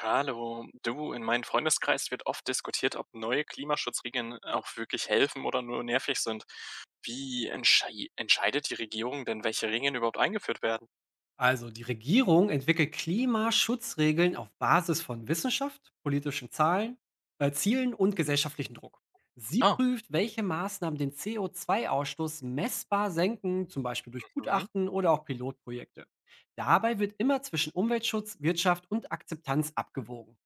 Hallo, du, in meinem Freundeskreis wird oft diskutiert, ob neue Klimaschutzregeln auch wirklich helfen oder nur nervig sind. Wie entscheidet die Regierung denn, welche Regeln überhaupt eingeführt werden? Also die Regierung entwickelt Klimaschutzregeln auf Basis von Wissenschaft, politischen Zahlen, Zielen und gesellschaftlichen Druck. Sie Ah, prüft, welche Maßnahmen den CO2-Ausstoß messbar senken, zum Beispiel durch mhm, Gutachten oder auch Pilotprojekte. Dabei wird immer zwischen Umweltschutz, Wirtschaft und Akzeptanz abgewogen.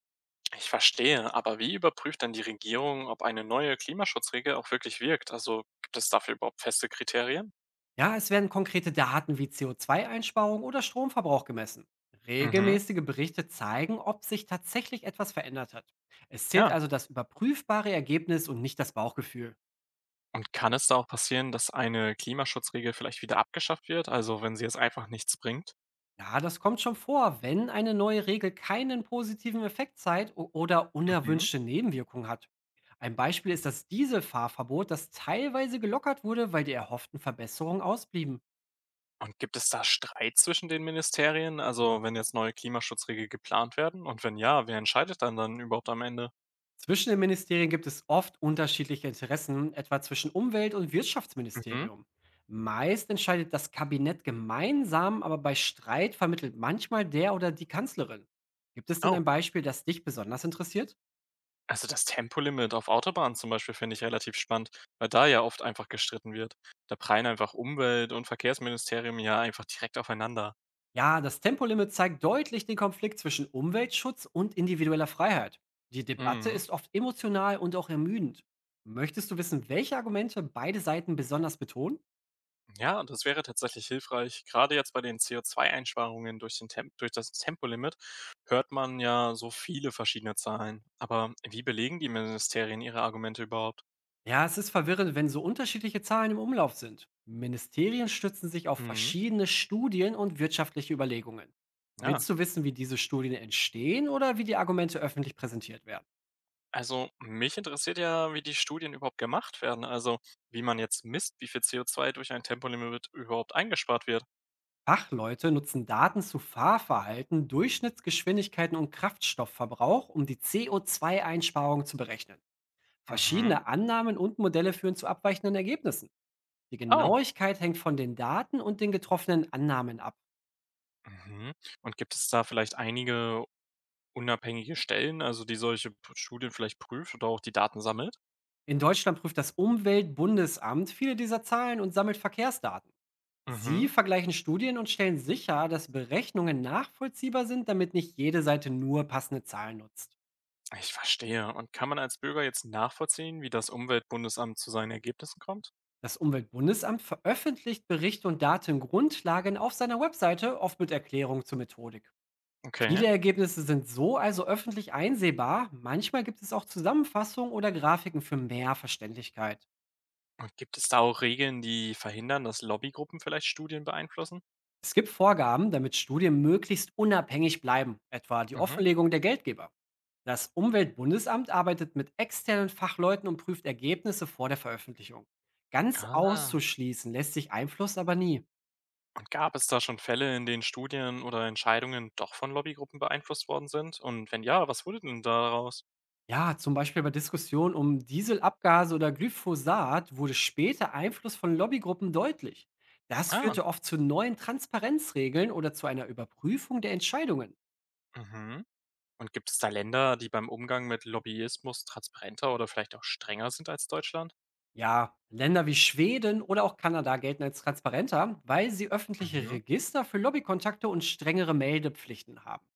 ich verstehe, aber wie überprüft dann die Regierung, ob eine neue Klimaschutzregel auch wirklich wirkt? Also gibt es dafür überhaupt feste Kriterien? Ja, es werden konkrete Daten wie CO2-Einsparung oder Stromverbrauch gemessen. Mhm, Regelmäßige Berichte zeigen, ob sich tatsächlich etwas verändert hat. Es zählt ja. also das überprüfbare Ergebnis und nicht das Bauchgefühl. Und kann es da auch passieren, dass eine Klimaschutzregel vielleicht wieder abgeschafft wird, also wenn sie jetzt einfach nichts bringt? Ja, das kommt schon vor, wenn eine neue Regel keinen positiven Effekt zeigt oder Mhm. unerwünschte Nebenwirkungen hat. Ein Beispiel ist das Dieselfahrverbot, das teilweise gelockert wurde, weil die erhofften Verbesserungen ausblieben. Und gibt es da Streit zwischen den Ministerien? Also, wenn jetzt neue Klimaschutzregeln geplant werden? Und wenn ja, wer entscheidet dann überhaupt am Ende? Zwischen den Ministerien gibt es oft unterschiedliche Interessen, etwa zwischen Umwelt- und Mhm. Wirtschaftsministerium. Meist entscheidet das Kabinett gemeinsam, aber bei Streit vermittelt manchmal der oder die Kanzlerin. Gibt es denn Oh, ein Beispiel, das dich besonders interessiert? also das Tempolimit auf Autobahnen zum Beispiel finde ich relativ spannend, weil da ja oft einfach gestritten wird. Da prallen einfach Umwelt- und Verkehrsministerium ja einfach direkt aufeinander. Ja, das Tempolimit zeigt deutlich den Konflikt zwischen Umweltschutz und individueller Freiheit. Die Debatte Mhm. ist oft emotional und auch ermüdend. Möchtest du wissen, welche Argumente beide Seiten besonders betonen? Ja, das wäre tatsächlich hilfreich. Gerade jetzt bei den CO2-Einsparungen durch, den Temp durch das Tempolimit hört man ja so viele verschiedene Zahlen. Aber wie belegen die Ministerien ihre Argumente überhaupt? Ja, es ist verwirrend, wenn so unterschiedliche Zahlen im Umlauf sind. Ministerien stützen sich auf Mhm. verschiedene Studien und wirtschaftliche Überlegungen. Ja, Willst du wissen, wie diese Studien entstehen oder wie die Argumente öffentlich präsentiert werden? also mich interessiert ja, wie die Studien überhaupt gemacht werden. Also wie man jetzt misst, wie viel CO2 durch ein Tempolimit überhaupt eingespart wird. Fachleute nutzen Daten zu Fahrverhalten, Durchschnittsgeschwindigkeiten und Kraftstoffverbrauch, um die CO2-Einsparung zu berechnen. Mhm. Verschiedene Annahmen und Modelle führen zu abweichenden Ergebnissen. Die Oh. Genauigkeit hängt von den Daten und den getroffenen Annahmen ab. Mhm. Und gibt es da vielleicht einige unabhängige Stellen, also die solche Studien vielleicht prüft oder auch die Daten sammelt? In Deutschland prüft das Umweltbundesamt viele dieser Zahlen und sammelt Verkehrsdaten. Sie Mhm. vergleichen Studien und stellen sicher, dass Berechnungen nachvollziehbar sind, damit nicht jede Seite nur passende Zahlen nutzt. Ich verstehe. Und kann man als Bürger jetzt nachvollziehen, wie das Umweltbundesamt zu seinen Ergebnissen kommt? Das Umweltbundesamt veröffentlicht Berichte und Datengrundlagen auf seiner Webseite, oft mit Erklärung zur Methodik. Okay. Viele Ergebnisse sind so also öffentlich einsehbar, manchmal gibt es auch Zusammenfassungen oder Grafiken für mehr Verständlichkeit. Und gibt es da auch Regeln, die verhindern, dass Lobbygruppen vielleicht Studien beeinflussen? Es gibt Vorgaben, damit Studien möglichst unabhängig bleiben, etwa die Mhm. Offenlegung der Geldgeber. Das Umweltbundesamt arbeitet mit externen Fachleuten und prüft Ergebnisse vor der Veröffentlichung. Ganz Ah. auszuschließen lässt sich Einfluss aber nie. Und gab es da schon Fälle, in denen Studien oder Entscheidungen doch von Lobbygruppen beeinflusst worden sind? Und wenn ja, was wurde denn daraus? Ja, zum Beispiel bei Diskussionen um Dieselabgase oder Glyphosat wurde später Einfluss von Lobbygruppen deutlich. Das Ah, führte oft zu neuen Transparenzregeln oder zu einer Überprüfung der Entscheidungen. mhm. Und gibt es da Länder, die beim Umgang mit Lobbyismus transparenter oder vielleicht auch strenger sind als Deutschland? Ja, Länder wie Schweden oder auch Kanada gelten als transparenter, weil sie öffentliche Mhm. Register für Lobbykontakte und strengere Meldepflichten haben.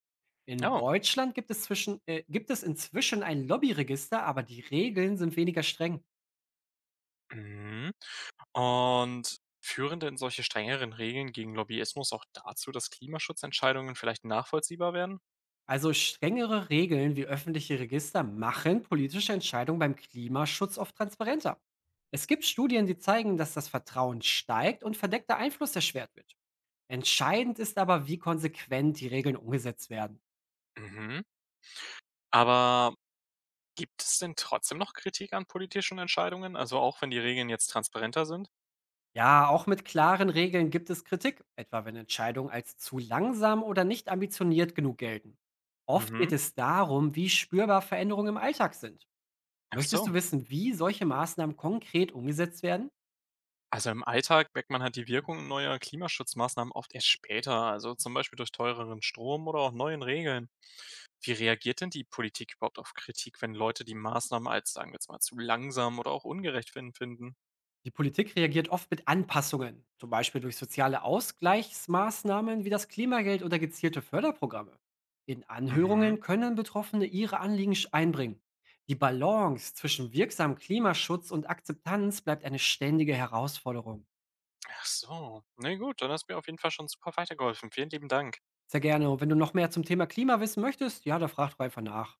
In Oh. Deutschland gibt es, gibt es inzwischen ein Lobbyregister, aber die Regeln sind weniger streng. Mhm. Und führen denn solche strengeren Regeln gegen Lobbyismus auch dazu, dass Klimaschutzentscheidungen vielleicht nachvollziehbar werden? Also strengere Regeln wie öffentliche Register machen politische Entscheidungen beim Klimaschutz oft transparenter. Es gibt Studien, die zeigen, dass das Vertrauen steigt und verdeckter Einfluss erschwert wird. Entscheidend ist aber, wie konsequent die Regeln umgesetzt werden. Mhm. Aber gibt es denn trotzdem noch Kritik an politischen Entscheidungen, also auch wenn die Regeln jetzt transparenter sind? Ja, auch mit klaren Regeln gibt es Kritik, etwa wenn Entscheidungen als zu langsam oder nicht ambitioniert genug gelten. Oft Mhm. geht es darum, wie spürbar Veränderungen im Alltag sind. Ach Möchtest so. du wissen, wie solche Maßnahmen konkret umgesetzt werden? Also im Alltag merkt man halt die Wirkung neuer Klimaschutzmaßnahmen oft erst später, also zum Beispiel durch teureren Strom oder auch neuen Regeln. Wie reagiert denn die Politik überhaupt auf Kritik, wenn Leute die Maßnahmen als, sagen wir jetzt mal, zu langsam oder auch ungerecht finden? Die Politik reagiert oft mit Anpassungen, zum Beispiel durch soziale Ausgleichsmaßnahmen wie das Klimageld oder gezielte Förderprogramme. In Mhm. Anhörungen können Betroffene ihre Anliegen einbringen. Die Balance zwischen wirksamem Klimaschutz und Akzeptanz bleibt eine ständige Herausforderung. Ach so. Na gut, dann hast du mir auf jeden Fall schon super weitergeholfen. Vielen lieben Dank. Sehr gerne. Und wenn du noch mehr zum Thema Klima wissen möchtest, ja, da frag doch einfach nach.